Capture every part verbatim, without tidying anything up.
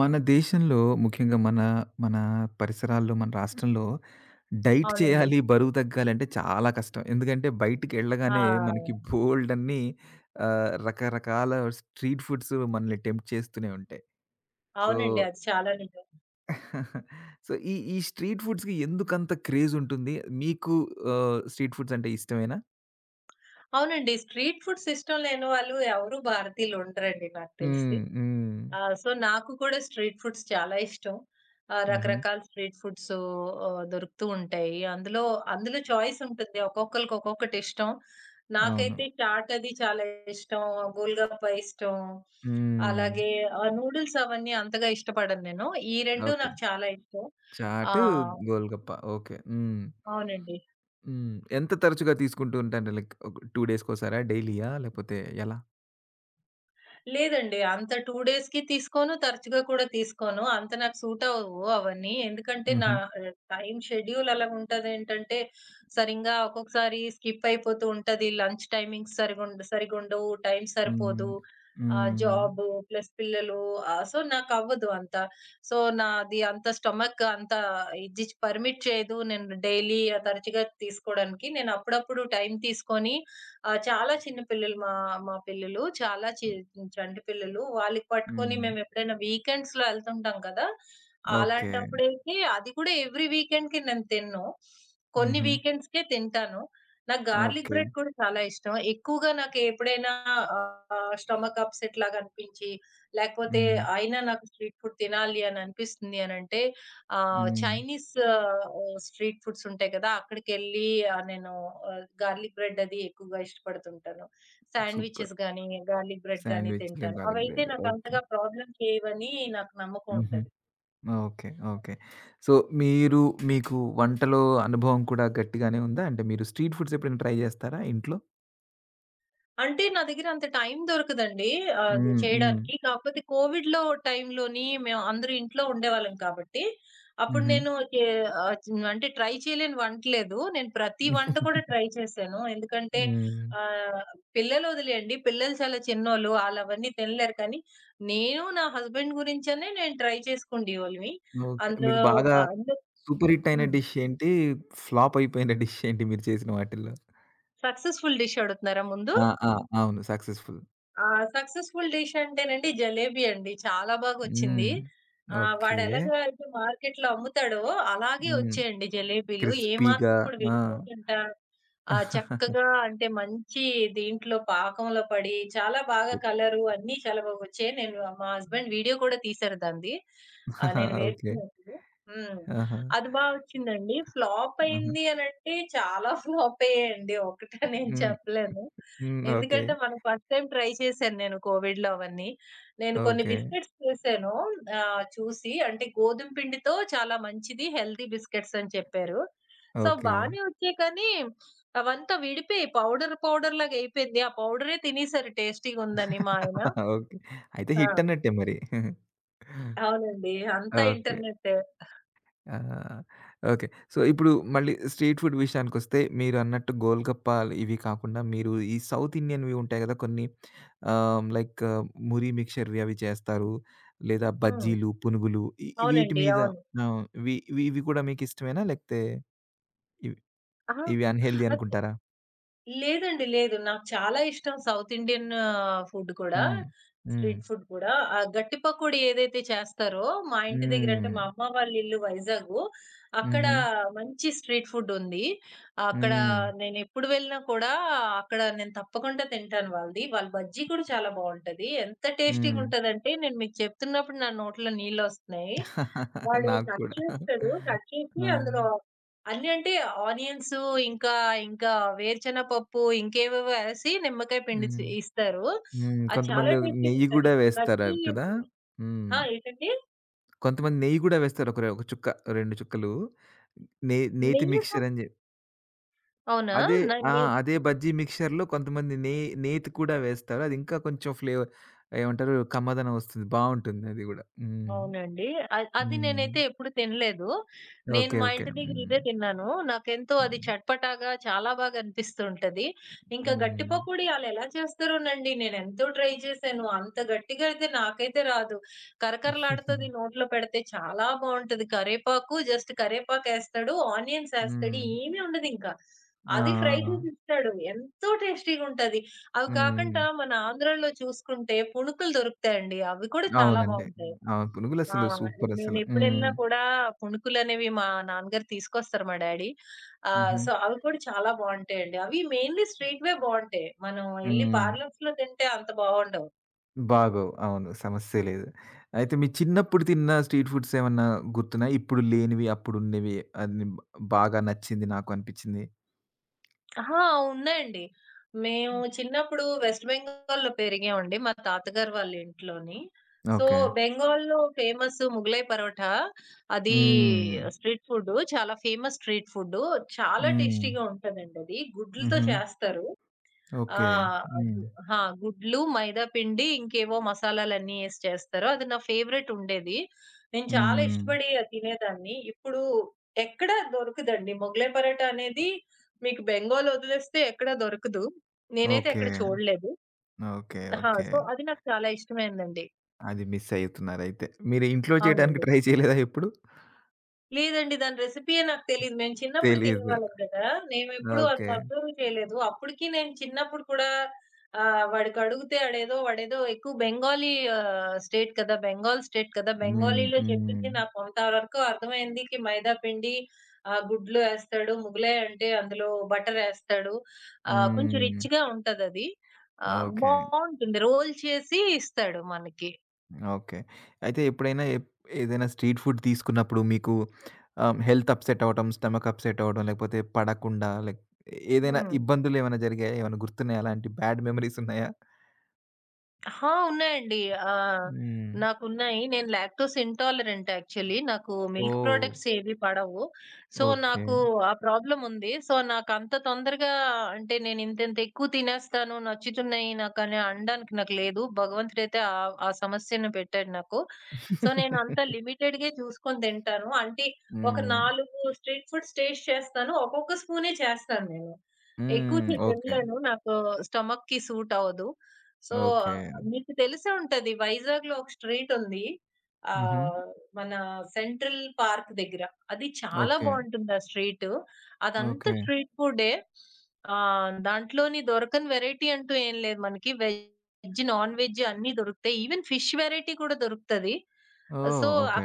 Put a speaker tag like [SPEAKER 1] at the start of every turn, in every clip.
[SPEAKER 1] మన దేశంలో ముఖ్యంగా మన మన పరిసరాల్లో, మన రాష్ట్రంలో డైట్
[SPEAKER 2] అవునండి.
[SPEAKER 1] చేయాలి, బరువు తగ్గాలంటే చాలా కష్టం. ఎందుకంటే
[SPEAKER 2] ఆ!
[SPEAKER 1] బయటికెళ్ళగానే మనకి బోలెడన్ని ఆహ్, రకరకాల స్ట్రీట్ ఫుడ్స్ మనల్ని టెంప్ట్ చేస్తూనే ఉంటాయి. సో,
[SPEAKER 2] అవునండి. అది చాలా నిజం.
[SPEAKER 1] సో ఈ ఈ స్ట్రీట్ ఫుడ్స్‌కి ఎందుకంత క్రేజ్ ఉంటుంది? మీకు ఆహ్, స్ట్రీట్ ఫుడ్స్ అంటే ఇష్టమేనా?
[SPEAKER 2] అవునండి. స్ట్రీట్ ఫుడ్స్ ఇష్టం లేని వాళ్ళు ఎవరు భారతీయులు ఉండరండి నాకు తెలిసి.
[SPEAKER 1] హ్మ్. హ్మ్.
[SPEAKER 2] ఆ! సో, నాకు కూడా స్ట్రీట్ ఫుడ్స్ చాలా ఇష్టం. ఆహ్,
[SPEAKER 1] హుహు.
[SPEAKER 2] రకరకాల స్ట్రీట్ ఫుడ్స్ ఆహ్, దొరుకుతూ ఉంటాయి. అందులో, అందులో చాయిస్ ఉంటుంది. ఒక్కొక్కళ్ళకి ఒక్కొక్కటి ఇష్టం.
[SPEAKER 1] అవును.
[SPEAKER 2] నాకైతే చాట్ అది చాలా ఇష్టం. గోల్‌గప్ప ఇష్టం.
[SPEAKER 1] హ్మ్.
[SPEAKER 2] అలాగే ఆహ్, నూడిల్స్ అవన్నీ అంతగా ఇష్టపడను నేను. ఈ రెండూ
[SPEAKER 1] ఓకే.
[SPEAKER 2] నాకు చాలా ఇష్టం. ఆ!
[SPEAKER 1] చాటు, గోల్‌గప్ప. ఓకే. హ్మ్.
[SPEAKER 2] అవునండి.
[SPEAKER 1] హ్మ్. ఎంత తరచుగా తీసుకుంటూ ఉంటారు? లైక్ ఒక రెండు డేస్‌కోసారా? డైలీయా? లేపోతే ఎలా?
[SPEAKER 2] లేదండి. అంత రెండు డేస్‌కి తీసుకోను. తరచుగా కూడా తీసుకోను. అంత నాకు సూట్ అవ్వవు అవన్నీ. ఎందుకంటే నా
[SPEAKER 1] హుహు.
[SPEAKER 2] ఆహ్, టైమ్ షెడ్యూల్ అలాగుంటదేంటంటే సరింగా ఒక్కొక్కసారి స్కిప్ అయిపోతూ ఉంటది. లంచ్ టైమింగ్స్ సరిగుండ సరిగుండవు. టైం సరిపోదు.
[SPEAKER 1] హ్మ్.
[SPEAKER 2] ఆహ్,
[SPEAKER 1] హ్మ్.
[SPEAKER 2] జాబు ప్లస్ పిల్లలు ఆహ్, సో నాకవ్వదు అంత. సో నాది అంత స్టమక్ అంత ఇది చ్ పర్మిట్ చేయదు. నేను డైలీ తరచుగా తీసుకోవడానికి. నేను అప్పుడప్పుడు టైం తీసుకొని ఆ! చాలా చిన్న పిల్లలు మా మా పిల్లలు. చాలా చి చంటి పిల్లలు. వాళ్ళకి పట్టుకొని
[SPEAKER 1] హ్మ్.
[SPEAKER 2] మేమెప్పుడైనా వీకెండ్స్‌లో ఎళ్తుంటాం కదా!
[SPEAKER 1] ఓకే.
[SPEAKER 2] అలాంటప్పుడైతే అది కూడా ఎవ్రీ వీకెండ్‌కి నేను తినను. కొన్ని
[SPEAKER 1] హుహు.
[SPEAKER 2] వీకెండ్స్‌కే తింటాను. నాకు గార్లిక్
[SPEAKER 1] ఓకే.
[SPEAKER 2] బ్రెడ్ కూడా చాలా ఇష్టం. ఎక్కువగా నాకు ఎప్పుడైనా ఆహ్, స్టమక్ అప్సెట్ లాగా అనిపించి, లేకపోతే
[SPEAKER 1] హ్మ్.
[SPEAKER 2] అయినా నాకు స్ట్రీట్ ఫుడ్ తినాలి అని అనిపిస్తుంది అనంటే, ఆహ్,
[SPEAKER 1] హ్మ్.
[SPEAKER 2] చైనీస్ ఆహ్, స్ట్రీట్ ఫుడ్స్ ఉంటాయి కదా! అక్కడికెళ్ళి ఆహ్, నేను ఆహ్, గార్లిక్ బ్రెడ్ అది ఎక్కువగా ఇష్టపడుతుంటాను.
[SPEAKER 1] సూపర్.
[SPEAKER 2] శాండ్‌విచెస్ గానీ, గార్లిక్ బ్రెడ్ గానీ
[SPEAKER 1] శాండ్‌విచ్‌లు,
[SPEAKER 2] తింటాను.
[SPEAKER 1] గార్లిక్
[SPEAKER 2] అవైతే
[SPEAKER 1] బ్రెడ్.
[SPEAKER 2] నాకు
[SPEAKER 1] ఓకే.
[SPEAKER 2] అంతగా ప్రాబ్లమ్ చేయవని నాకు నమ్మకం
[SPEAKER 1] హుహు.
[SPEAKER 2] ఉంటది.
[SPEAKER 1] ఓకే. ఓకే. సో, మీరు మీకు వంటలో అనుభవం కూడా గట్టిగానే ఉందా? అంటే మీరు స్ట్రీట్ ఫుడ్స్ ఎప్పుడైనా ట్రై జేస్తారా ఇంట్లో?
[SPEAKER 2] అంటే నా దగ్గర అంత టైం దొరకదండి. ఆహ్, అది
[SPEAKER 1] హ్మ్. హ్మ్.
[SPEAKER 2] చేయడానికి. కాకపోతే కోవిడ్‌లో టైంలోని మేము అందరూ ఇంట్లో ఉండేవాళ్ళం కాబట్టి, అప్పుడు
[SPEAKER 1] హుహు.
[SPEAKER 2] నేను చే ఆహ్, చి అంటే ట్రై చేయలేని వంట లేదు. నేను ప్రతి వంట కూడా ట్రై చేశాను. ఎందుకంటే
[SPEAKER 1] హ్మ్.
[SPEAKER 2] ఆహ్, పిల్లలు వదిలేయండి. పిల్లలు చాలా చిన్నోళ్ళు. ఆళ్ళవన్నీ తినలేరు. కానీ నేను, నా హస్బెండ్ గురించనే నేను ట్రై చేసుకుండేవాళ్ళమి.
[SPEAKER 1] ఓకే. మీకు
[SPEAKER 2] అందులో
[SPEAKER 1] బాగా
[SPEAKER 2] ఆహ్, అందులో
[SPEAKER 1] సూపర్ హిట్ అయిన
[SPEAKER 2] హ్మ్.
[SPEAKER 1] డిష్ ఏంటి? ఫ్లాప్ అయిపోయిన డిష్ ఏంటి మీరు చేసిన వాటిల్లో?
[SPEAKER 2] సక్సెస్‌ఫుల్ డిష్ అడుగుతున్నారా ముందు?
[SPEAKER 1] ఆ! ఆ! అవును. సక్సెస్‌ఫుల్.
[SPEAKER 2] ఆ! సక్సెస్‌ఫుల్ డిష్ అంటేనండి జలేబీ అండి. చాలా బాగొచ్చింది.
[SPEAKER 1] హ్మ్.
[SPEAKER 2] ఆహ్,
[SPEAKER 1] ఓకే.
[SPEAKER 2] వాడెలాగా అయితే మార్కెట్‌లో అమ్ముతాడో అలాగే
[SPEAKER 1] హ్మ్.
[SPEAKER 2] వచ్చాయండి జలేబీలు.
[SPEAKER 1] క్రిస్పీగా.
[SPEAKER 2] ఏమాత్రం కూడా
[SPEAKER 1] ఆ!
[SPEAKER 2] విడిపోకుండా ఆహ్, చక్కగా అంటే మంచి దీంట్లో పాకంలో పడి చాలా బాగా కలరు అన్నీ చాలా బాగొచ్చాయి. నేను మా హస్బెండ్ వీడియో కూడా తీశారు దానిది. ఆహ్, నేను
[SPEAKER 1] ఓకే.
[SPEAKER 2] వేస్తున్నప్పుడు. హ్మ్.
[SPEAKER 1] ఆహా!
[SPEAKER 2] అది బా వచ్చిందండి. ఫ్లాప్
[SPEAKER 1] ఆహా!
[SPEAKER 2] అయింది అనంటే చాలా ఫ్లాప్ అయ్యాయండి. ఒకటని ఏం
[SPEAKER 1] హ్మ్.
[SPEAKER 2] చెప్పలేను.
[SPEAKER 1] హ్మ్. ఓకే.
[SPEAKER 2] ఎందుకంటే, మనం ఫస్ట్ టైమ్ ట్రై చేశాను నేను కోవిడ్‌లో అవన్నీ. నేను కొన్ని
[SPEAKER 1] ఓకే.
[SPEAKER 2] బిస్కెట్స్ చేశాను ఆహ్, చూసి. అంటే గోధుమ పిండితో చాలా మంచిది హెల్తీ బిస్కెట్స్ అని చెప్పారు. So,
[SPEAKER 1] okay.
[SPEAKER 2] బానే వచ్చాయి కానీ, అవంతా విడిపోయి పౌడర్, పౌడర్ లాగా అయిపోయింది. ఆ పౌడరే తినేసారు టేస్టీగుందని మా ఆయన.
[SPEAKER 1] ఓకే. అయితే
[SPEAKER 2] ఆ!
[SPEAKER 1] హిట్ అన్నట్టే మరి.
[SPEAKER 2] అవునండి. అంతా
[SPEAKER 1] ఓకే.
[SPEAKER 2] ఇంటర్నెట్టే.
[SPEAKER 1] ఆహా! ఓకే. సో, ఇప్పుడు మళ్ళీ స్ట్రీట్ ఫుడ్ విషయానికొస్తే మీరన్నట్టు గోల్‌గప్పాలు ఇవి కాకుండా మీరు ఈ సౌత్ ఇండియన్‌వి ఉంటాయి గదా! కొన్ని ఆహ్, లైక్ మురి మిక్చర్‌వి అవి చేస్తారు. లేదా
[SPEAKER 2] హ్మ్.
[SPEAKER 1] బజ్జీలు, పునుగులు ఈ వీటి
[SPEAKER 2] అవునండి.
[SPEAKER 1] మీద
[SPEAKER 2] అవును.
[SPEAKER 1] ఆ! ఇవి ఇవి ఇవి కూడా మీకిష్టమేనా? లేకపోతే ఇవి
[SPEAKER 2] అహా!
[SPEAKER 1] ఇవి అన్‌హెల్తీ
[SPEAKER 2] అస్
[SPEAKER 1] అనుకుంటారా?
[SPEAKER 2] లేదండి. లేదు. నాకు చాలా ఇష్టం సౌత్ ఇండియన్ ఫుడ్ కూడా.
[SPEAKER 1] హ్మ్. హ్మ్.
[SPEAKER 2] స్ట్రీట్ ఫుడ్ కూడా. ఆ గట్టి పకోడీ ఏదైతే చేస్తారో, మా ఇంటి దగ్గర అంటే
[SPEAKER 1] హ్మ్.
[SPEAKER 2] మా అమ్మ వాళ్ళ ఇల్లు వైజాగు. అక్కడ
[SPEAKER 1] హుహు.
[SPEAKER 2] మంచి స్ట్రీట్ ఫుడ్ ఉంది. అక్కడ
[SPEAKER 1] హ్మ్.
[SPEAKER 2] నేనెప్పుడు వెళ్ళినా కూడా అక్కడ నేను తప్పకుండా తింటాను వాళ్ళది. వాళ్ళ బజ్జీ కూడా చాలా బావుంటది. ఎంత టేస్టీగా
[SPEAKER 1] హ్మ్.
[SPEAKER 2] ఉంటదంటే నేను మీకు చెప్తున్నప్పుడు నా నోట్లో నీళ్ళొస్తున్నాయి. వాడు
[SPEAKER 1] నాకు
[SPEAKER 2] కట్
[SPEAKER 1] కూడా.
[SPEAKER 2] చేస్తాడు. కట్ చేసి
[SPEAKER 1] ఆ!
[SPEAKER 2] అందులో అన్నీ అంటే ఆనియన్స్ ఇంకా, ఇంకా వేరుచెన పప్పు ఇంకేవేవో ఏసి నిమ్మకాయ పిండి చి
[SPEAKER 1] హ్మ్.
[SPEAKER 2] ఇస్తారు.
[SPEAKER 1] హ్మ్.
[SPEAKER 2] అది చాలా
[SPEAKER 1] కొంతమంది నెయ్యి
[SPEAKER 2] టేస్టీ‌గుంటది.
[SPEAKER 1] గూడా
[SPEAKER 2] ఇంకా
[SPEAKER 1] వేస్తారు
[SPEAKER 2] గట్టి
[SPEAKER 1] కదా!
[SPEAKER 2] హ్మ్. ఆ!
[SPEAKER 1] హ్మ్.
[SPEAKER 2] ఏంటండి?
[SPEAKER 1] కొంతమంది నెయ్యి గూడా వేస్తారు. ఒక రె ఒక చుక్క, రెండు చుక్కలు. నే నేతి మిక్స్చర్
[SPEAKER 2] నెయ్యేసం
[SPEAKER 1] అని జెప్పి.
[SPEAKER 2] అవునా?
[SPEAKER 1] అదే
[SPEAKER 2] న
[SPEAKER 1] ఆ!
[SPEAKER 2] నె
[SPEAKER 1] అదే బజ్జీ మిక్స్చర్‌లో కొంతమంది నే నేతి కూడా వేస్తారు. అది ఇంకా కొంచెం ఫ్లేవర్ ఏమంటారు? కమ్మదనం వస్తుంది. బావుంటుంది అది గూడా. హ్మ్.
[SPEAKER 2] అవునండి. అద్ అది
[SPEAKER 1] హ్మ్.
[SPEAKER 2] నేనైతే ఎప్పుడు తినలేదు. నేను
[SPEAKER 1] ఓకే.
[SPEAKER 2] మా
[SPEAKER 1] ఓకే.
[SPEAKER 2] ఇంటి దగ్గర
[SPEAKER 1] హ్మ్.
[SPEAKER 2] ఇదే తిన్నాను. నాకెంతో అది
[SPEAKER 1] హ్మ్.
[SPEAKER 2] చట్పటాగా చాలా బాగా అనిపిస్తూ ఉంటది. ఇంకా గట్టి
[SPEAKER 1] హ్మ్.
[SPEAKER 2] పకోడీ ఆళ్ళెలా చేస్తారోనండి నేనెంతో ట్రై చేశాను. అంత గట్టిగా అయితే నాకైతే రాదు. కరకరలాడుతది నోట్లో పెడితే చాలా బావుంటది. కరేపాకు జస్ట్ కరేపాకేస్తాడు, ఆనియన్స్ ఏస్తాడు
[SPEAKER 1] హ్మ్.
[SPEAKER 2] ఏమీ ఉండదింకా.
[SPEAKER 1] ఆ! ఆ!
[SPEAKER 2] అది ఫ్రై
[SPEAKER 1] ఆ!
[SPEAKER 2] చేసిస్తాడు. ఎంతో టేస్టీగా ఉంటది. అవి
[SPEAKER 1] హ్మ్.
[SPEAKER 2] కాకుండా మన ఆంధ్రాలో చూసుకుంటే పుణుకులు దొరుకుతాయండి. అవి కూడా చాలా
[SPEAKER 1] అవునండి.
[SPEAKER 2] బావుంటాయి.
[SPEAKER 1] అవును.
[SPEAKER 2] ఆ!
[SPEAKER 1] పునుగులసలు సూపరసలు.
[SPEAKER 2] నేనెప్పుడెళ్ళినా
[SPEAKER 1] హ్మ్.
[SPEAKER 2] కూడా పుణుకులనేవి మా నాన్నగారు తీసుకొస్తారు మా డ్యాడీ. ఆహ్,
[SPEAKER 1] హుహు.
[SPEAKER 2] సో, అవి కూడా చాలా బావుంటాయండి. అవి మెయిన్‌లీ స్ట్రీట్‌వే బావుంటాయి. మనం ఎళ్లి
[SPEAKER 1] హ్మ్.
[SPEAKER 2] పార్లర్స్‌లో తింటే అంత బావుండవు.
[SPEAKER 1] బాగోవు. అవును. సమస్యే లేదు. అయితే మీ చిన్నప్పుడు తిన్న స్ట్రీట్ ఫుడ్స్ ఏమన్నా గుర్తున్నాయా? ఇప్పుడు లేనివి, అప్పుడున్నవి అన్ని బ్ బాగా నచ్చింది నాకు అనిపించింది?
[SPEAKER 2] అహా! ఉన్నాయండి. మేము చిన్నప్పుడు వెస్ట్ బెంగాల్‌లో పెరిగామండి. మా తాతగారు వాళ్ళ ఇంట్లోని. So,
[SPEAKER 1] okay.
[SPEAKER 2] బెంగాల్‌లో ఫేమస్ ముగలై పరోటా. అది
[SPEAKER 1] హ్మ్.
[SPEAKER 2] Street food. చాలా ఫేమస్ స్ట్రీట్ ఫుడ్. చాలా
[SPEAKER 1] హ్మ్.
[SPEAKER 2] టేస్టీగా ఉంటదండి అది. గుడ్లతో
[SPEAKER 1] హుహు.
[SPEAKER 2] చేస్తారు. ఆ!
[SPEAKER 1] ఓకే.
[SPEAKER 2] గు
[SPEAKER 1] హ్మ్.
[SPEAKER 2] ఆ! గుడ్లు, మైదా పిండి, ఇంకేవో మసాలాలన్నీ ఏసి చేస్తారో అది నా ఫేవరెట్ ఉండేది. నేను చాలా
[SPEAKER 1] హ్మ్.
[SPEAKER 2] ఇష్టపడి అది తినేదాన్ని. ఇప్పుడు ఎక్కడ దొరకదండి. మొగలై పరోటా అనేది మీకు బెంగాల్ వదిలేస్తే ఎక్కడ దొరకదు. నేనైతే
[SPEAKER 1] ఓకే.
[SPEAKER 2] ఎక్కడ చూడలేదు.
[SPEAKER 1] ఓకే.
[SPEAKER 2] ఆ!
[SPEAKER 1] ఓకే.
[SPEAKER 2] సో, అది నాకు చాలా ఇష్టమైందండి.
[SPEAKER 1] అది మిస్ అయితున్నారయితే. మీరు ఇంట్లో చేయడానికి
[SPEAKER 2] అవునండి.
[SPEAKER 1] ట్రై చేయలేదా ఎప్పుడు?
[SPEAKER 2] లేదండి. దాని రెసిపీయే నాకు తెలీదు. మేము చిన్నప్పుడు
[SPEAKER 1] తెలీదు.
[SPEAKER 2] తినేవాళ్ళం కదా! మేమెప్పుడు అంత
[SPEAKER 1] ఓకే.
[SPEAKER 2] అబ్జర్వ్ చేయలేదు. అప్పటికి నేను చిన్నప్పుడు కూడా ఆహ్, వాడికడుగుతే ఆడేదో వాడేదో ఎక్కువ బెంగాలీ ఆహ్, స్టేట్ కదా! బెంగాల్ స్టేట్ కదా!
[SPEAKER 1] హ్మ్.
[SPEAKER 2] బెంగాలీలో
[SPEAKER 1] హ్మ్.
[SPEAKER 2] చెప్పింది నాకు కొంత వరకు అర్థమైంది. కి మైదా పిండి ఆహ్, గుడ్లు ఏస్తాడు. ముగలాయ్ అంటే అందులో బటర్ ఏస్తాడు. ఆహ్, కొంచెం
[SPEAKER 1] హ్మ్.
[SPEAKER 2] రిచ్‌గా ఉంటదది. ఆహ్,
[SPEAKER 1] ఓకే.
[SPEAKER 2] బావుంటుంది. రోల్ చేసి ఇస్తాడు మనకి.
[SPEAKER 1] ఓకే. అయితే ఎప్పుడైనా ఎప్ ఏదైనా స్ట్రీట్ ఫుడ్ తీసుకున్నప్పుడు మీకు ఆహ్, హెల్త్ అప్‌సెట్ అవ్వటం, స్టమక్ అప్‌సెట్ అవ్వడం, లేకపోతే పడకుండా లైక్ ఏదైనా
[SPEAKER 2] హ్మ్.
[SPEAKER 1] ఇబ్బందులేమైనా జరిగాయా? ఏమైనా గుర్తున్నాయా? అలాంటి బ్యాడ్ మెమోరీస్ ఉన్నాయా?
[SPEAKER 2] అహా! ఉన్నాయండి. ఆహ్,
[SPEAKER 1] హ్మ్.
[SPEAKER 2] నాకున్నాయి. నేను లాక్టోస్ ఇంటాలరెంట్ యాక్చువల్లీ. నాకు మిల్క్
[SPEAKER 1] ఓహ్!
[SPEAKER 2] ప్రొడక్ట్స్ ఏవి పడవు. So,
[SPEAKER 1] okay.
[SPEAKER 2] నాకు ఆ ప్రాబ్లమ్ ఉంది. సో, నాకంత తొందరగా అంటే నేను ఇంతింత ఎక్కువ తినేస్తాను, నచ్చుతున్నాయి నాకని అనడానికి నాకు లేదు. భగవంతుడైతే ఆ ఆ సమస్యను పెట్టాడు నాకు. సో, నేను అంతా లిమిటెడ్‌గే చూసుకొని తింటాను. అంటే ఒక
[SPEAKER 1] హ్మ్.
[SPEAKER 2] నాలుగు స్ట్రీట్ ఫుడ్స్ టేస్ట్ చేస్తాను. ఒక్కొక్క స్పూనే చేస్తాను నేను.
[SPEAKER 1] హ్మ్.
[SPEAKER 2] ఎక్కువసేపు
[SPEAKER 1] ఓకే.
[SPEAKER 2] తినలేను. నాకు స్టమక్‌కి సూట్ అవ్వదు. So,
[SPEAKER 1] okay.
[SPEAKER 2] మీకు తెలిసే ఉంటది. వైజాగ్‌లో ఒక స్ట్రీట్ ఉంది.
[SPEAKER 1] హుహు.
[SPEAKER 2] ఆహ్, మన సెంట్రల్ పార్క్ దగ్గర. అది చాలా
[SPEAKER 1] ఓకే.
[SPEAKER 2] బావుంటుంది ఆ స్ట్రీట్. అదంతా
[SPEAKER 1] ఓకే.
[SPEAKER 2] స్ట్రీట్ ఫుడ్డే. ఆహ్, దాంట్లోని దొరకని వెరైటీ అంటూ ఏం లేదు మనకి. వెజ్, నాన్ వెజ్ అన్నీ దొరుకుతాయి. ఈవెన్ ఫిష్ వెరైటీ కూడా దొరుకుతది.
[SPEAKER 1] ఓహ్!
[SPEAKER 2] So,
[SPEAKER 1] okay.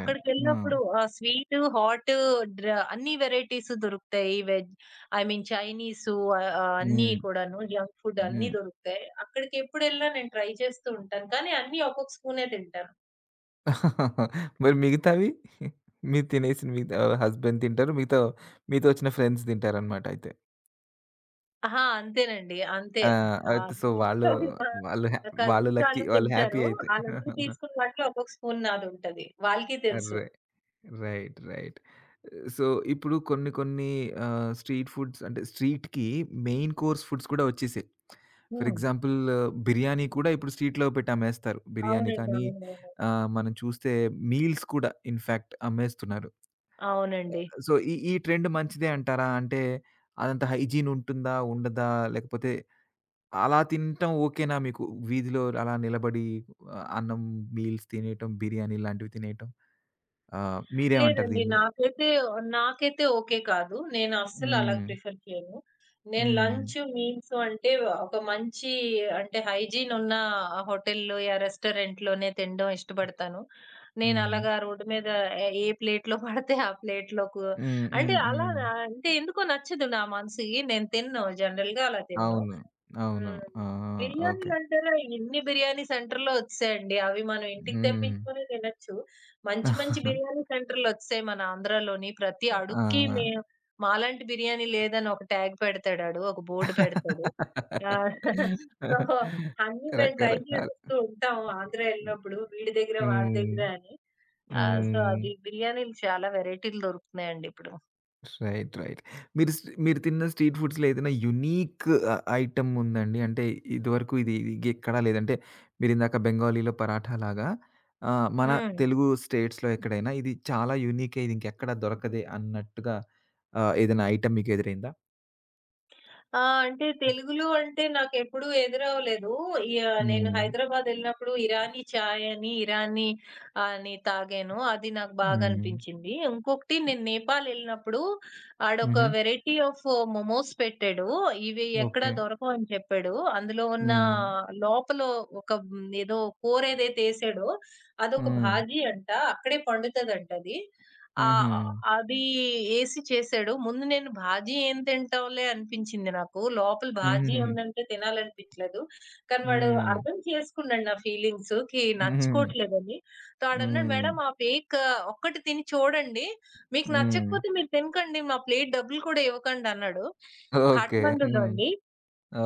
[SPEAKER 1] ఆ!
[SPEAKER 2] ఆ స్వీట్, హాట్ డ్ర అన్ని వెరైటీస్ దొరుకుతాయి. వెజ్ ఐ మీన్ చైనీసు ఆహ్, ఆహ్, అన్నీ
[SPEAKER 1] హ్మ్.
[SPEAKER 2] కూడాను జంక్ ఫుడ్ అన్నీ
[SPEAKER 1] హ్మ్.
[SPEAKER 2] దొరుకుతాయి. అక్కడికెప్పుడెళ్ళినా నేను ట్రై చేస్తూ ఉంటాను. కానీ అన్నీ ఒక్కొక్క స్పూనే తింటాను.
[SPEAKER 1] మరి మిగతావి? మీరు తినేసిన మిగతా ఆహ్, హస్బెండ్ తింటారు. మిగతా మీతో వచ్చిన ఫ్రెండ్స్ తింటారనమాట అయితే.
[SPEAKER 2] ఆహా! అంతేనండి. అంతే.
[SPEAKER 1] ఆ!
[SPEAKER 2] ఆ!
[SPEAKER 1] అయితే సో, వాళ్ళు
[SPEAKER 2] మిగతావి మా
[SPEAKER 1] వాళ్ళు హ్యా
[SPEAKER 2] నా
[SPEAKER 1] వాళ్ళు
[SPEAKER 2] కజిన్స్
[SPEAKER 1] లక్కీ.
[SPEAKER 2] వాళ్ళు
[SPEAKER 1] వాళ్ళు హ్యాపీ
[SPEAKER 2] తింటారు.
[SPEAKER 1] అయితే.
[SPEAKER 2] ఆళ్ళందరూ తీసుకున్న వాటిలో ఒక్కొక్క స్పూన్ నాదుంటది. వాళ్ళకి తెలుసు.
[SPEAKER 1] రై రైట్. రైట్. సో, ఇప్పుడు కొన్ని కొన్ని ఆహ్, స్ట్రీట్ ఫుడ్స్ అంటే స్ట్రీట్‌కి మెయిన్ కోర్స్ ఫుడ్స్ కూడా వచ్చేసాయి. ఫర్
[SPEAKER 2] హ్మ్.
[SPEAKER 1] ఎగ్జాంపుల్ బిర్యానీ కూడా ఇప్పుడు స్ట్రీట్‌లో పెట్టి అమ్మేస్తారు. బిర్యానీ
[SPEAKER 2] అవునండి.
[SPEAKER 1] కానీ
[SPEAKER 2] అవునవును.
[SPEAKER 1] ఆహ్, మనం చూస్తే మీల్స్ కూడా ఇన్‌ఫాక్ట్ అమ్మేస్తున్నారు.
[SPEAKER 2] అవునండి.
[SPEAKER 1] సో, ఈ ఈ ట్రెండ్ మంచిదే అంటారా? అంటే అదంత హైజీన్ ఉంటుందా? ఉండదా? లేకపోతే అలా తినటం ఓకేనా మీకు? వీధిలో అలా నిలబడి ఆహ్, అన్నం మీల్స్ తినేయటం, బిర్యానీ లాంటివి తినేయటం. ఆహ్, మీరేమంటారు
[SPEAKER 2] లేదండి.
[SPEAKER 1] దీని మీద?
[SPEAKER 2] నాకైతే నాకైతే ఓకే కాదు. నేను అస్సలు అలా
[SPEAKER 1] హ్మ్.
[SPEAKER 2] ప్రిఫర్ చేయను. నేను
[SPEAKER 1] హ్మ్.
[SPEAKER 2] లంచ్, మీల్స్ అంటే ఒక మంచి అంటే హైజీన్ ఉన్న హోటల్‌లో యా రెస్టారెంట్‌లోనే తినడం ఇష్టపడతాను. నేను
[SPEAKER 1] హ్మ్.
[SPEAKER 2] అలాగా రోడ్డు మీద ఏ ఏ ప్లేట్‌లో పడితే ఆ ప్లేట్‌లోకు
[SPEAKER 1] హ్మ్.
[SPEAKER 2] అంటే
[SPEAKER 1] హ్మ్.
[SPEAKER 2] అలా
[SPEAKER 1] హ్మ్.
[SPEAKER 2] నా- అంటే ఎందుకో నచ్చదు నా మనసుకి. నేను తినను జనరల్‌గా అలా తినను.
[SPEAKER 1] అవును.
[SPEAKER 2] ఆ!
[SPEAKER 1] అవును. ఆ! ఆ! ఓకే.
[SPEAKER 2] బిర్యానీలంటారా ఎన్ని బిర్యానీ సెంటర్‌లో వచ్చేసాయండి. అవి మనం ఇంటికి
[SPEAKER 1] హ్మ్.
[SPEAKER 2] తెప్పించుకొని తినొచ్చు. మంచి మంచి బిర్యానీ సెంటర్‌లు వచ్చేసాయి మన ఆంధ్రాలోని. ప్రతి అడుక్కి మే
[SPEAKER 1] ఆ!
[SPEAKER 2] మాలాంటి బిర్యానీ లేదని ఒక ట్యాగ్ పెడతాడాడు. ఒక బోర్డ్ పెడతాడు. ఆ! సో, అన్నీ మేము ట్రై
[SPEAKER 1] రకరకాల
[SPEAKER 2] చేసేస్తూ ఉంటాము ఆంధ్ర ఎళ్ళినప్పుడు. వీడి దగ్గర, వాడి
[SPEAKER 1] హ్మ్.
[SPEAKER 2] దగ్గర అని. ఆహ్, సో,
[SPEAKER 1] హ్మ్.
[SPEAKER 2] అది బిర్యానీలు చాలా వెరైటీలు దొరుకుతున్నాయండి ఇప్పుడు.
[SPEAKER 1] రైట్. రైట్. మీరు స్ మీరు తిన్న స్ట్రీట్ ఫుడ్స్‌లో ఏదైనా యూనిక్ అ ఐటెమ్ ఉందండి? అంటే ఇదివరకు ఇది ఇది ఎక్కడా లేదంటే మీరిందాక బెంగాలీలో పరాఠా లాగా ఆహ్, మన
[SPEAKER 2] హ్మ్.
[SPEAKER 1] తెలుగు స్టేట్స్‌లో ఎక్కడైనా ఇది చాలా యూనికే ఇది ఇంకెక్కడా దొరకదే అన్నట్టుగా ఆహ్, ఏదైనా ఐటెమ్ మీకు ఎదురైందా?
[SPEAKER 2] ఆ! అంటే తెలుగులో అంటే నాకెప్పుడూ ఎదురవ్వలేదు. యాహ్! నేను
[SPEAKER 1] హ్మ్.
[SPEAKER 2] హైదరాబాద్ ఎళ్ళినప్పుడు ఇరానీ చాయ్ అని, ఇరానీ అని తాగాను. అది నాకు బాగా
[SPEAKER 1] హ్మ్.
[SPEAKER 2] అనిపించింది. ఇంకొకటి నేను నేపాల్ ఎళ్ళినప్పుడు
[SPEAKER 1] హుహు.
[SPEAKER 2] ఆడొక వెరైటీ ఆఫ్ మోమోస్ పెట్టాడు. ఇవి ఎక్కడా
[SPEAKER 1] ఓకే.
[SPEAKER 2] దొరకవు అని చెప్పాడు. అందులో ఉన్న
[SPEAKER 1] హ్మ్.
[SPEAKER 2] లోపల ఒక హ్మ్, ఏదో కూర ఏదైతే ఏసాడో అదొక
[SPEAKER 1] హ్మ్.
[SPEAKER 2] భాజీ అంట. అక్కడే పండుతదంటది. ఆ!
[SPEAKER 1] హుహు.
[SPEAKER 2] అది ఏసి చేసాడు. ముందు నేను బాజీ ఏం తింటాంలే అనిపించింది నాకు. లోపల బాజీ
[SPEAKER 1] హుహుహు.
[SPEAKER 2] ఉందంటే తినాలనిపిచ్చలేదు. కానీ వాడు
[SPEAKER 1] హ్మ్.
[SPEAKER 2] అర్థం చేసుకున్నాడు నా ఫీలింగ్స్‌కి
[SPEAKER 1] హ్మ్.
[SPEAKER 2] నచ్చుకోవట్లేదని. సో, ఆడన్నాడు,
[SPEAKER 1] హ్మ్.
[SPEAKER 2] "మేడం ఆ పేక్ ఒక్కటి తిని చూడండి. మీకు
[SPEAKER 1] హ్మ్.
[SPEAKER 2] నచ్చకపోతే మీరు తినకండి. మా ప్లేట్ డబ్బులు కూడా ఇవ్వకండి" అన్నాడు.
[SPEAKER 1] ఓకే.
[SPEAKER 2] ఖాట్మండూలో
[SPEAKER 1] హ్మ్.
[SPEAKER 2] అండి.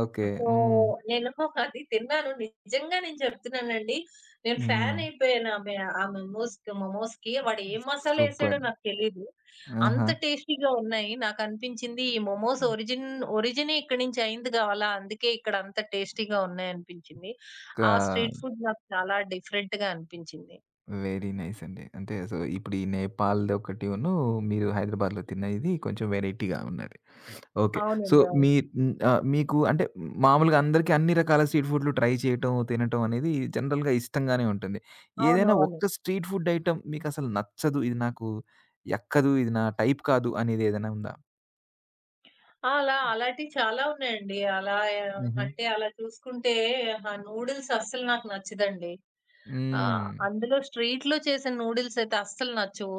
[SPEAKER 1] ఓకే.
[SPEAKER 2] సో,
[SPEAKER 1] హ్మ్.
[SPEAKER 2] నేను అది తిన్నాను. నిజంగా నేను చెప్తున్నానండి. నేను ఫ్యాన్
[SPEAKER 1] హ్మ్.
[SPEAKER 2] అయిపోయాను ఆమె ఆ మోమోస్‌కి మోమోస్‌కి. వాడు ఏం మసాలా ఏసాడో
[SPEAKER 1] సూపర్.
[SPEAKER 2] నాకు తెలీదు.
[SPEAKER 1] ఆహా!
[SPEAKER 2] అంత టేస్టీగా ఉన్నాయి. నాకనిపించింది ఈ మోమోస్ ఒరిజిన్ ఒరిజినే ఇక్కడి నుంచి అయింది కావాలా! అందుకే ఇక్కడ అంత టేస్టీగా ఉన్నాయనిపించింది.
[SPEAKER 1] ఇంకా
[SPEAKER 2] ఆ స్ట్రీట్ ఫుడ్ నాకు చాలా డిఫరెంట్‌గా అనిపించింది.
[SPEAKER 1] వెరీ నైస్ అండి. అంటే సో, ఇప్పుడు ఈ నేపాల్‌దొకటిను మీరు హైదరాబాద్‌లో తిన్నది కొంచెం వెరైటీగా ఉన్నది. ఓకే. సో,
[SPEAKER 2] అవునండి. అవును.
[SPEAKER 1] మీ హ్మ్, ఆహ్, మీకు అంటే మామూలుగా అందరికీ అన్ని రకాల స్ట్రీట్ ఫుడ్‌లు ట్రై చేయటం, తినటం అనేది జనరల్‌గా ఇష్టంగానే ఉంటుంది. ఏదైనా
[SPEAKER 2] అవునవును.
[SPEAKER 1] ఒక్క స్ట్రీట్ ఫుడ్ ఐటెమ్ మీకసలు నచ్చదు, ఇది నాకు ఎక్కదు, ఇది నా టైప్ కాదు అనేది ఏదైనా ఉందా?
[SPEAKER 2] ఆ! అలా అలాటివి చాలా ఉన్నాయండి. అలా ఆ,
[SPEAKER 1] హుహు.
[SPEAKER 2] అంటే అలా చూసుకుంటే ఆ నూడిల్స్ అస్సలు నాకు నచ్చదండి. ఆ!
[SPEAKER 1] హ్మ్.
[SPEAKER 2] అందులో స్ట్రీట్‌లో చేసే నూడిల్స్ అయితే అస్సలు నచ్చవు.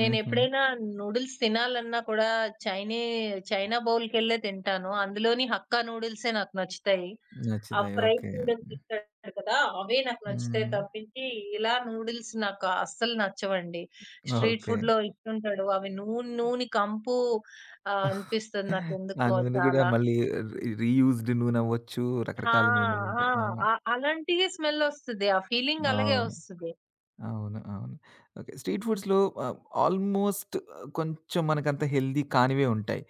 [SPEAKER 1] హుహు.
[SPEAKER 2] నేనెప్పుడైనా నూడిల్స్ తినాలన్నా కూడా చైనీ చైనా బౌల్‌కెళ్ళే తింటాను. అందులోని హక్కా నూడిల్సే నాకు నచ్చుతాయి. ఆ
[SPEAKER 1] నచ్చుతాయి.
[SPEAKER 2] Fried
[SPEAKER 1] okay.
[SPEAKER 2] నూడిల్స్ ఇస్తాడు కదా! అవే నాకు నచ్చుతాయి
[SPEAKER 1] హ్మ్.
[SPEAKER 2] తప్పించి, ఇలా నూడిల్స్ నాకు అస్సలు నచ్చవండి. Street
[SPEAKER 1] okay.
[SPEAKER 2] ఫుడ్‌లో ఇస్తుంటాడు. అవి నూనె నూనె కంపు ఆహ్, అనిపిస్తుంది
[SPEAKER 1] ఆ
[SPEAKER 2] నాకెందుకో
[SPEAKER 1] నూనె గూడా
[SPEAKER 2] చాలా.
[SPEAKER 1] మళ్ళీ రీ రీయూజ్డ్ నూనవ్వచ్చు.
[SPEAKER 2] ఆ!
[SPEAKER 1] రకరకాల
[SPEAKER 2] ఆ!
[SPEAKER 1] నూనెలుంటాయి. అవును.
[SPEAKER 2] అ అలాంటియే స్మెల్ ఒస్తది. ఆ ఫీలింగ్ అలాగే
[SPEAKER 1] అవును.
[SPEAKER 2] ఒస్తది.
[SPEAKER 1] అవును. అవును. ఓకే. స్ట్రీట్ ఫుడ్స్‌లో ఆహ్, ఆల్‌మోస్ట్ కొంచెం మనకంత హెల్తీ కానివే ఉంటాయి.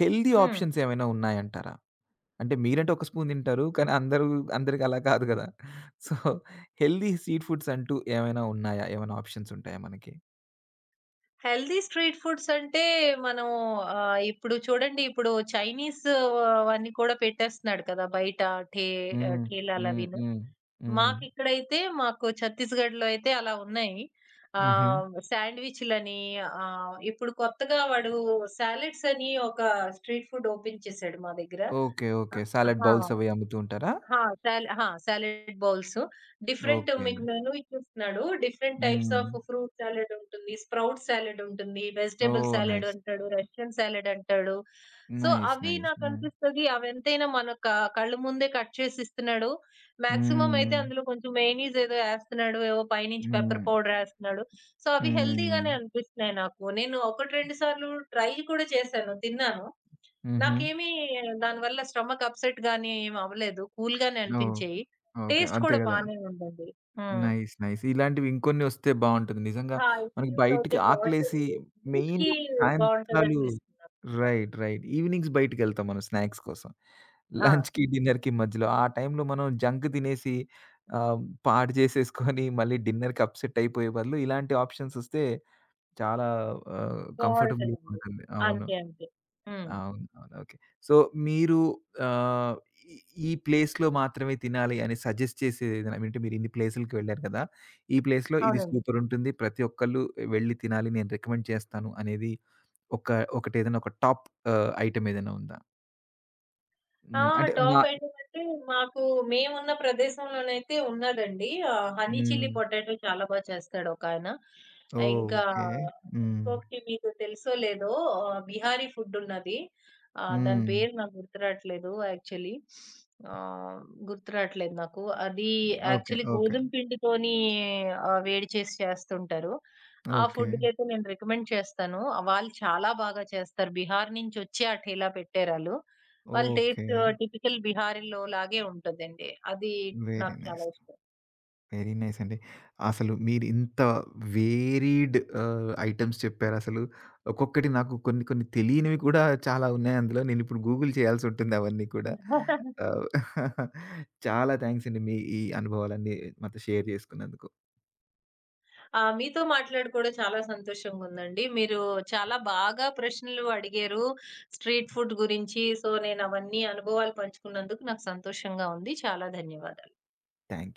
[SPEAKER 1] హెల్తీ
[SPEAKER 2] హ్మ్.
[SPEAKER 1] ఆప్షన్స్ ఏమైనా ఉన్నాయంటారా? అంటే మీరంటే ఒక స్పూన్ తింటారు. కానీ అందరూ అందరికి అలా కాదు గదా! సో, హెల్తీ స్ట్రీట్ ఫుడ్స్ అంటూ ఏమైనా ఉన్నాయా? ఏమైనా ఆప్షన్స్ ఉంటాయా మనకి?
[SPEAKER 2] హెల్తీ స్ట్రీట్ ఫుడ్స్ అంటే మనం ఆహ్, ఇప్పుడు చూడండి ఇప్పుడు చైనీస్ అవన్నీ కూడా పెట్టేస్తున్నాడు కదా! బయట ఠే ఆహ్,
[SPEAKER 1] హ్మ్. హ్మ్.
[SPEAKER 2] ఠేలాలవిను.
[SPEAKER 1] హ్మ్. హ్మ్.
[SPEAKER 2] మాకిక్కడైతే మాకు ఛత్తీస్‌గఢ్‌లో అయితే అలా ఉన్నాయి.
[SPEAKER 1] హుహు.
[SPEAKER 2] ఆహ్, శాండ్‌విచ్‌లని ఆహ్, ఇప్పుడు కొత్తగా వాడు సాలెడ్స్ అని ఒక స్ట్రీట్ ఫుడ్ ఓపెన్ చేశాడు మా దగ్గర.
[SPEAKER 1] ఓకే. ఓకే.
[SPEAKER 2] అ
[SPEAKER 1] సాలడ్
[SPEAKER 2] ఆ!
[SPEAKER 1] బౌల్స్ అవి అమ్ముతూ ఉంటారా?
[SPEAKER 2] ఆ! సాల ఆ! Salad bowls. Different
[SPEAKER 1] okay.
[SPEAKER 2] మీకు మెనూ ఇచ్చేస్తున్నాడు. Different types
[SPEAKER 1] hmm.
[SPEAKER 2] Of fruit salad ఉంటుంది. స్ప్రౌట్ సాలడ్ ఉంటుంది. Vegetable
[SPEAKER 1] oh!
[SPEAKER 2] Salad
[SPEAKER 1] nice.
[SPEAKER 2] అంటాడు. రష్యన్ సాలడ్ అంటాడు. So,
[SPEAKER 1] nice.
[SPEAKER 2] అవి
[SPEAKER 1] నైస్. హ్మ్.
[SPEAKER 2] నాకనిపిస్తది అవెంతైనా మన క కళ్ళ ముందే కట్ చేసి ఇస్తున్నాడు. మాక్సిమం అయితే
[SPEAKER 1] హ్మ్.
[SPEAKER 2] అందులో కొంచెం మెయోనీస్ ఏదో ఏస్తున్నాడు. ఏవో పైనుంచి పెప్పర్
[SPEAKER 1] హ్మ్.
[SPEAKER 2] పౌడర్ ఏస్తున్నాడు. సో, అవి హెల్తీ
[SPEAKER 1] హ్మ్.
[SPEAKER 2] గానే అనిపిస్తున్నాయి నాకు. నేను ఒకటి, రెండు సార్లు ట్రై కూడా చేశాను. తిన్నాను.
[SPEAKER 1] హుహు.
[SPEAKER 2] నాకేమి దానివల్ల స్టమక్ అప్‌సెట్ గాని ఏమి అవ్వలేదు. కూల్ గానే
[SPEAKER 1] ఓకే.
[SPEAKER 2] అనిపించాయి.
[SPEAKER 1] ఓకే.
[SPEAKER 2] టేస్ట్
[SPEAKER 1] అంతే
[SPEAKER 2] కూడా
[SPEAKER 1] గదా!
[SPEAKER 2] బానే ఉందండి. హ్మ్.
[SPEAKER 1] నైస్. నైస్. ఇలాంటివి ఇంకొన్ని వస్తే బావుంటుంది. నిజంగా
[SPEAKER 2] ఆ!
[SPEAKER 1] మనకి
[SPEAKER 2] ఇంట్రడ్యూస్
[SPEAKER 1] బయటికి
[SPEAKER 2] అవుతే
[SPEAKER 1] ఆకలేసి
[SPEAKER 2] బావుంటది. యూత్‌కి
[SPEAKER 1] మెయిన్‌గా సాయంత్రాలు
[SPEAKER 2] బావుంటదనిపిస్తుంది నాకు.
[SPEAKER 1] రైట్. రైట్. ఈవినింగ్స్ బయటికెళ్తాం మనం స్నాక్స్ కోసం.
[SPEAKER 2] ఆ!
[SPEAKER 1] లంచ్‌కి, డిన్నర్‌కి మధ్యలో ఆ టైంలో మనం జంక్ తినేసి ఆహ్, పాడు చేసేసుకొని మళ్ళీ డిన్నర్‌కి అప్‌సెట్ అయిపోయే బదులు ఇలాంటి ఆప్షన్స్ వస్తే చాలా ఆహ్, కంఫర్టబుల్‌గా
[SPEAKER 2] బావుంటదండి.
[SPEAKER 1] ఉంటుంది. అవును.
[SPEAKER 2] అంతే. అంతే. హ్మ్.
[SPEAKER 1] అవును. అవును. ఓకే. సో, మీరు ఆహ్, ఈ ఈ ప్లేస్‌లో మాత్రమే తినాలి అని సజెస్ట్ చేసేదేదైనా అంటే మీరిన్ని ప్లేసులకి వెళ్లారు కదా! ఈ ప్లేస్‌లో ఇది
[SPEAKER 2] అవునండి.
[SPEAKER 1] సూపరుంటుంది. ప్రతి ఒక్కళ్ళు వెళ్లి తినాలి. నేను రికమెండ్ చేస్తాను అనేది ఒక ఒకటేదైనా ఒక టాప్ ఆహ్, ఐటెమ్ ఏదైనా ఉందా?
[SPEAKER 2] ఆ!
[SPEAKER 1] హ్మ్. అంటే నా
[SPEAKER 2] టాప్ ఐటమంటే మాకు మేమున్న ప్రదేశంలోనైతే ఉన్నదండి. ఆహ్, హనీ
[SPEAKER 1] హ్మ్.
[SPEAKER 2] చిల్లీ పొటాటో చాలా బా చేస్తాడొకాయన.
[SPEAKER 1] ఓహ్!
[SPEAKER 2] ఇంకా
[SPEAKER 1] ఓకే. హ్మ్.
[SPEAKER 2] ఇంకొకటి మీకు తెలుసో లేదో ఆహ్, బిహారీ ఫుడ్డున్నది. ఆహ్, దాని
[SPEAKER 1] హ్మ్.
[SPEAKER 2] పేరు నాకు గుర్తు రాట్లేదు యాక్చువల్లీ. ఆహ్, గుర్తు రాట్లేదు నాకు. అది
[SPEAKER 1] ఓకే.
[SPEAKER 2] Actually
[SPEAKER 1] okay.
[SPEAKER 2] గోధుమ పిండితోని ఆహ్, వేడి చేసి చేస్తుంటారు. ఆ
[SPEAKER 1] ఓకే.
[SPEAKER 2] ఫుడ్‌కైతే నేను రికమెండ్ చేస్తాను. వాళ్ళు చాలా బాగా చేస్తారు. బిహార్ నుంచొచ్చి ఆ ఠేలా పెట్టారాళ్ళు. వాళ్ళ
[SPEAKER 1] ఓకే.
[SPEAKER 2] టేస్ట్ టిపికల్ బిహారీలో లాగే ఉంటదండి. అది
[SPEAKER 1] వెరీ
[SPEAKER 2] నాకు చాలా
[SPEAKER 1] నైస్.
[SPEAKER 2] ఇష్టం.
[SPEAKER 1] వెరీ నైస్ అండి. అసలు మీరింత వేరీడ్ ఆహ్, ఐటెమ్స్ చెప్పారసలు. ఒక్కొక్కటి నాకు కొన్ని కొన్ని తెలియనివి కూడా చాలా ఉన్నాయి అందులో. నేనిప్పుడు గూగుల్ చేయాల్సుంటుంది అవన్నీ కూడా. ఆహ్, చాలా థాంక్స్ అండి. మీ ఈ అనుభవాలన్నీ నాతో షేర్ చేసుకున్నందుకు.
[SPEAKER 2] ఆ! మీతో మాట్లాడి కూడా చాలా సంతోషంగుందండి. మీరు చాలా బాగా ప్రశ్నలు అడిగారు. స్ట్రీట్ ఫుడ్ గురించి. సో, నేనవన్నీ అనుభవాలు పంచుకున్నందుకు నాకు సంతోషంగా ఉంది. చాలా ధన్యవాదాలు.
[SPEAKER 1] Thank you.